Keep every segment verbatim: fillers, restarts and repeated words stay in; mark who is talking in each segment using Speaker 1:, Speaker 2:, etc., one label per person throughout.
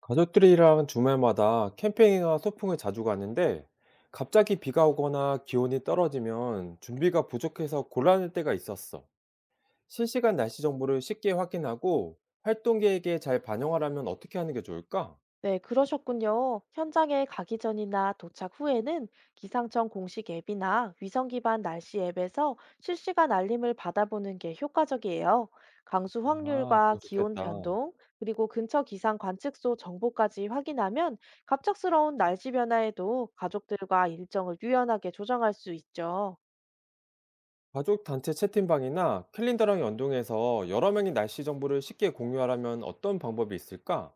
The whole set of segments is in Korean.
Speaker 1: 가족들이랑 주말마다 캠핑이나 소풍을 자주 가는데 갑자기 비가 오거나 기온이 떨어지면 준비가 부족해서 곤란할 때가 있었어. 실시간 날씨 정보를 쉽게 확인하고 활동 계획에 잘 반영하려면 어떻게 하는 게 좋을까?
Speaker 2: 네, 그러셨군요. 현장에 가기 전이나 도착 후에는 기상청 공식 앱이나 위성 기반 날씨 앱에서 실시간 알림을 받아보는 게 효과적이에요. 강수
Speaker 1: 아,
Speaker 2: 확률과
Speaker 1: 그거
Speaker 2: 기온
Speaker 1: 좋겠다.
Speaker 2: 변동, 그리고 근처 기상 관측소 정보까지 확인하면 갑작스러운 날씨 변화에도 가족들과 일정을 유연하게 조정할 수 있죠.
Speaker 1: 가족 단체 채팅방이나 캘린더랑 연동해서 여러 명이 날씨 정보를 쉽게 공유하려면 어떤 방법이 있을까?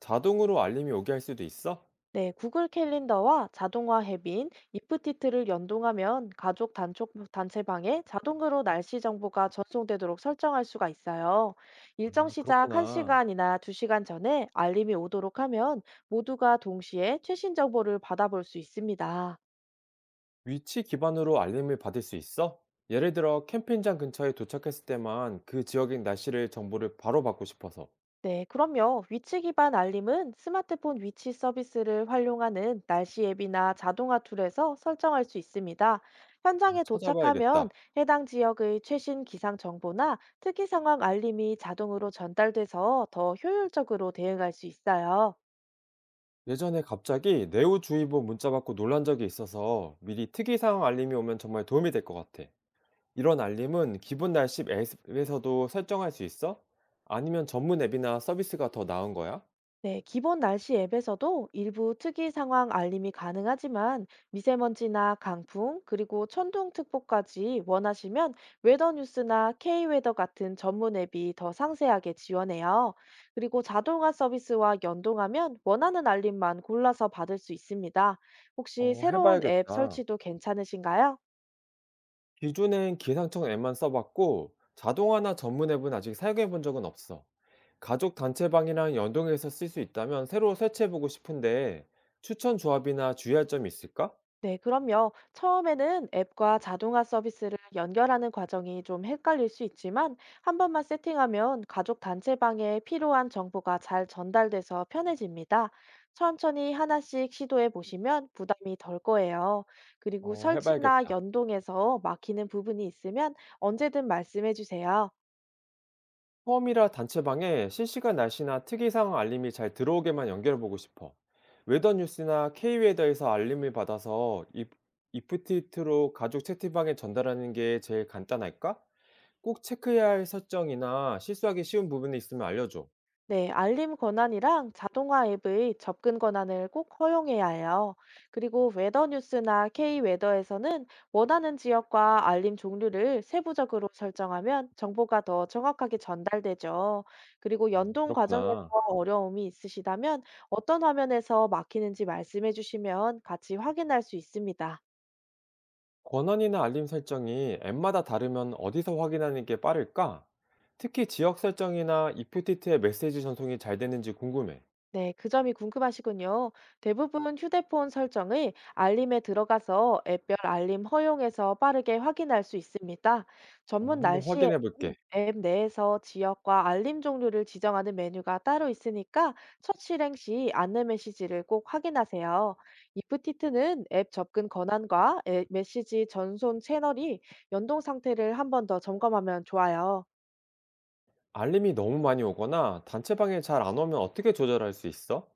Speaker 1: 자동으로 알림이 오게 할 수도 있어?
Speaker 2: 네, 구글 캘린더와 자동화 앱인 이프티트를 연동하면 가족 단톡 단체방에 자동으로 날씨 정보가 전송되도록 설정할 수가 있어요. 일정
Speaker 1: 아,
Speaker 2: 시작
Speaker 1: 그렇구나.
Speaker 2: 한 시간이나 두 시간 전에 알림이 오도록 하면 모두가 동시에 최신 정보를 받아볼 수 있습니다.
Speaker 1: 위치 기반으로 알림을 받을 수 있어? 예를 들어 캠핑장 근처에 도착했을 때만 그 지역의 날씨를 정보를 바로 받고 싶어서.
Speaker 2: 네, 그럼요. 위치 기반 알림은 스마트폰 위치 서비스를 활용하는 날씨 앱이나 자동화 툴에서 설정할 수 있습니다.
Speaker 1: 어,
Speaker 2: 현장에 도착하면
Speaker 1: 찾아봐야겠다.
Speaker 2: 해당 지역의 최신 기상 정보나 특이 상황 알림이 자동으로 전달돼서 더 효율적으로 대응할 수 있어요.
Speaker 1: 예전에 갑자기 내우주의보 문자 받고 놀란 적이 있어서 미리 특이사항 알림이 오면 정말 도움이 될 것 같아. 이런 알림은 기본 날씨 앱에서도 설정할 수 있어? 아니면 전문 앱이나 서비스가 더 나은 거야?
Speaker 2: 네, 기본 날씨 앱에서도 일부 특이 상황 알림이 가능하지만 미세먼지나 강풍, 그리고 천둥특보까지 원하시면 웨더뉴스나 K웨더 같은 전문 앱이 더 상세하게 지원해요. 그리고 자동화 서비스와 연동하면 원하는 알림만 골라서 받을 수 있습니다. 혹시
Speaker 1: 어,
Speaker 2: 새로운 앱
Speaker 1: 해봐야겠다.
Speaker 2: 설치도 괜찮으신가요?
Speaker 1: 기존엔 기상청 앱만 써봤고 자동화나 전문 앱은 아직 사용해 본 적은 없어. 가족 단체방이랑 연동해서 쓸 수 있다면 새로 설치해보고 싶은데 추천 조합이나 주의할 점이 있을까?
Speaker 2: 네, 그럼요. 처음에는 앱과 자동화 서비스를 연결하는 과정이 좀 헷갈릴 수 있지만, 한 번만 세팅하면 가족 단체방에 필요한 정보가 잘 전달돼서 편해집니다. 천천히 하나씩 시도해 보시면 부담이 덜 거예요. 그리고
Speaker 1: 어,
Speaker 2: 설치나
Speaker 1: 해봐야겠다.
Speaker 2: 연동해서 막히는 부분이 있으면 언제든 말씀해 주세요.
Speaker 1: 처음이라 단체방에 실시간 날씨나 특이 상황 알림이 잘 들어오게만 연결해보고 싶어. 웨더 뉴스나 K웨더에서 알림을 받아서 이프- 이프티트로 가족 채팅방에 전달하는 게 제일 간단할까? 꼭 체크해야 할 설정이나 실수하기 쉬운 부분이 있으면 알려줘.
Speaker 2: 네, 알림 권한이랑 자동화 앱의 접근 권한을 꼭 허용해야 해요. 그리고 웨더 뉴스나 K 웨더에서는 원하는 지역과 알림 종류를 세부적으로 설정하면 정보가 더 정확하게 전달되죠. 그리고 연동 과정에서
Speaker 1: 그렇구나.
Speaker 2: 어려움이 있으시다면 어떤 화면에서 막히는지 말씀해 주시면 같이 확인할 수 있습니다.
Speaker 1: 권한이나 알림 설정이 앱마다 다르면 어디서 확인하는 게 빠를까? 특히 지역 설정이나 이프티트의 메시지 전송이 잘 되는지 궁금해.
Speaker 2: 네, 그 점이 궁금하시군요. 대부분 휴대폰 설정의 알림에 들어가서 앱별 알림 허용에서 빠르게 확인할 수 있습니다. 전문
Speaker 1: 어, 한번
Speaker 2: 날씨
Speaker 1: 확인해 볼게.
Speaker 2: 앱앱 내에서 지역과 알림 종류를 지정하는 메뉴가 따로 있으니까 첫 실행 시 안내 메시지를 꼭 확인하세요. 이프티트는 앱 접근 권한과 앱 메시지 전송 채널이 연동 상태를 한 번 더 점검하면 좋아요.
Speaker 1: 알림이 너무 많이 오거나 단체방에 잘 안 오면 어떻게 조절할 수 있어?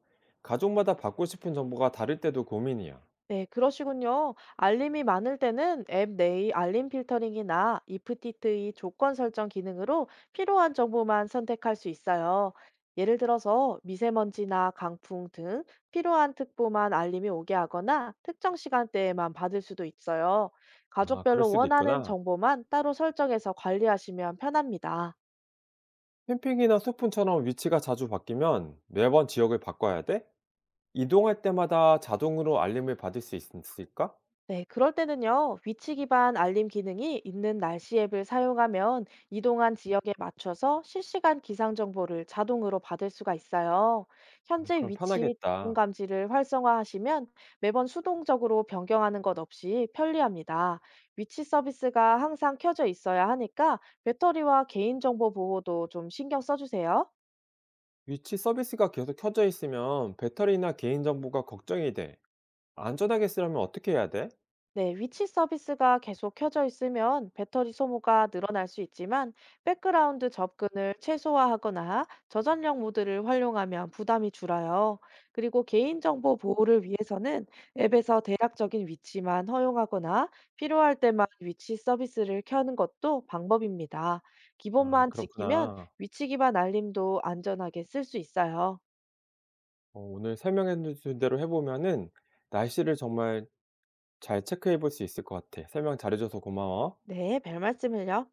Speaker 1: 가족마다 받고 싶은 정보가 다를 때도 고민이야.
Speaker 2: 네, 그러시군요. 알림이 많을 때는 앱 내의 알림 필터링이나 이프티트의 조건 설정 기능으로 필요한 정보만 선택할 수 있어요. 예를 들어서 미세먼지나 강풍 등 필요한 특보만 알림이 오게 하거나 특정 시간대에만 받을 수도 있어요.
Speaker 1: 아, 그럴
Speaker 2: 가족별로
Speaker 1: 수도
Speaker 2: 원하는
Speaker 1: 있구나.
Speaker 2: 정보만 따로 설정해서 관리하시면 편합니다.
Speaker 1: 캠핑이나 소풍처럼 위치가 자주 바뀌면 매번 지역을 바꿔야 돼? 이동할 때마다 자동으로 알림을 받을 수 있- 있을까?
Speaker 2: 네, 그럴 때는요, 위치 기반 알림 기능이 있는 날씨 앱을 사용하면 이동한 지역에 맞춰서 실시간 기상 정보를 자동으로 받을 수가 있어요.
Speaker 1: 아,
Speaker 2: 현재
Speaker 1: 그럼
Speaker 2: 위치 기온
Speaker 1: 편하겠다.
Speaker 2: 감지를 활성화하시면 매번 수동적으로 변경하는 것 없이 편리합니다. 위치 서비스가 항상 켜져 있어야 하니까 배터리와 개인정보 보호도 좀 신경 써주세요.
Speaker 1: 위치 서비스가 계속 켜져 있으면 배터리나 개인정보가 걱정이 돼. 안전하게 쓰려면 어떻게 해야 돼?
Speaker 2: 네, 위치 서비스가 계속 켜져 있으면 배터리 소모가 늘어날 수 있지만 백그라운드 접근을 최소화하거나 저전력 모드를 활용하면 부담이 줄어요. 그리고 개인정보 보호를 위해서는 앱에서 대략적인 위치만 허용하거나 필요할 때만 위치 서비스를 켜는 것도 방법입니다.
Speaker 1: 아,
Speaker 2: 기본만 지키면
Speaker 1: 그렇구나.
Speaker 2: 위치 기반 알림도 안전하게 쓸 수 있어요.
Speaker 1: 어, 오늘 설명해준 대로 해보면은 날씨를 정말 잘 체크해 볼 수 있을 것 같아. 설명 잘해줘서 고마워.
Speaker 2: 네, 별 말씀을요.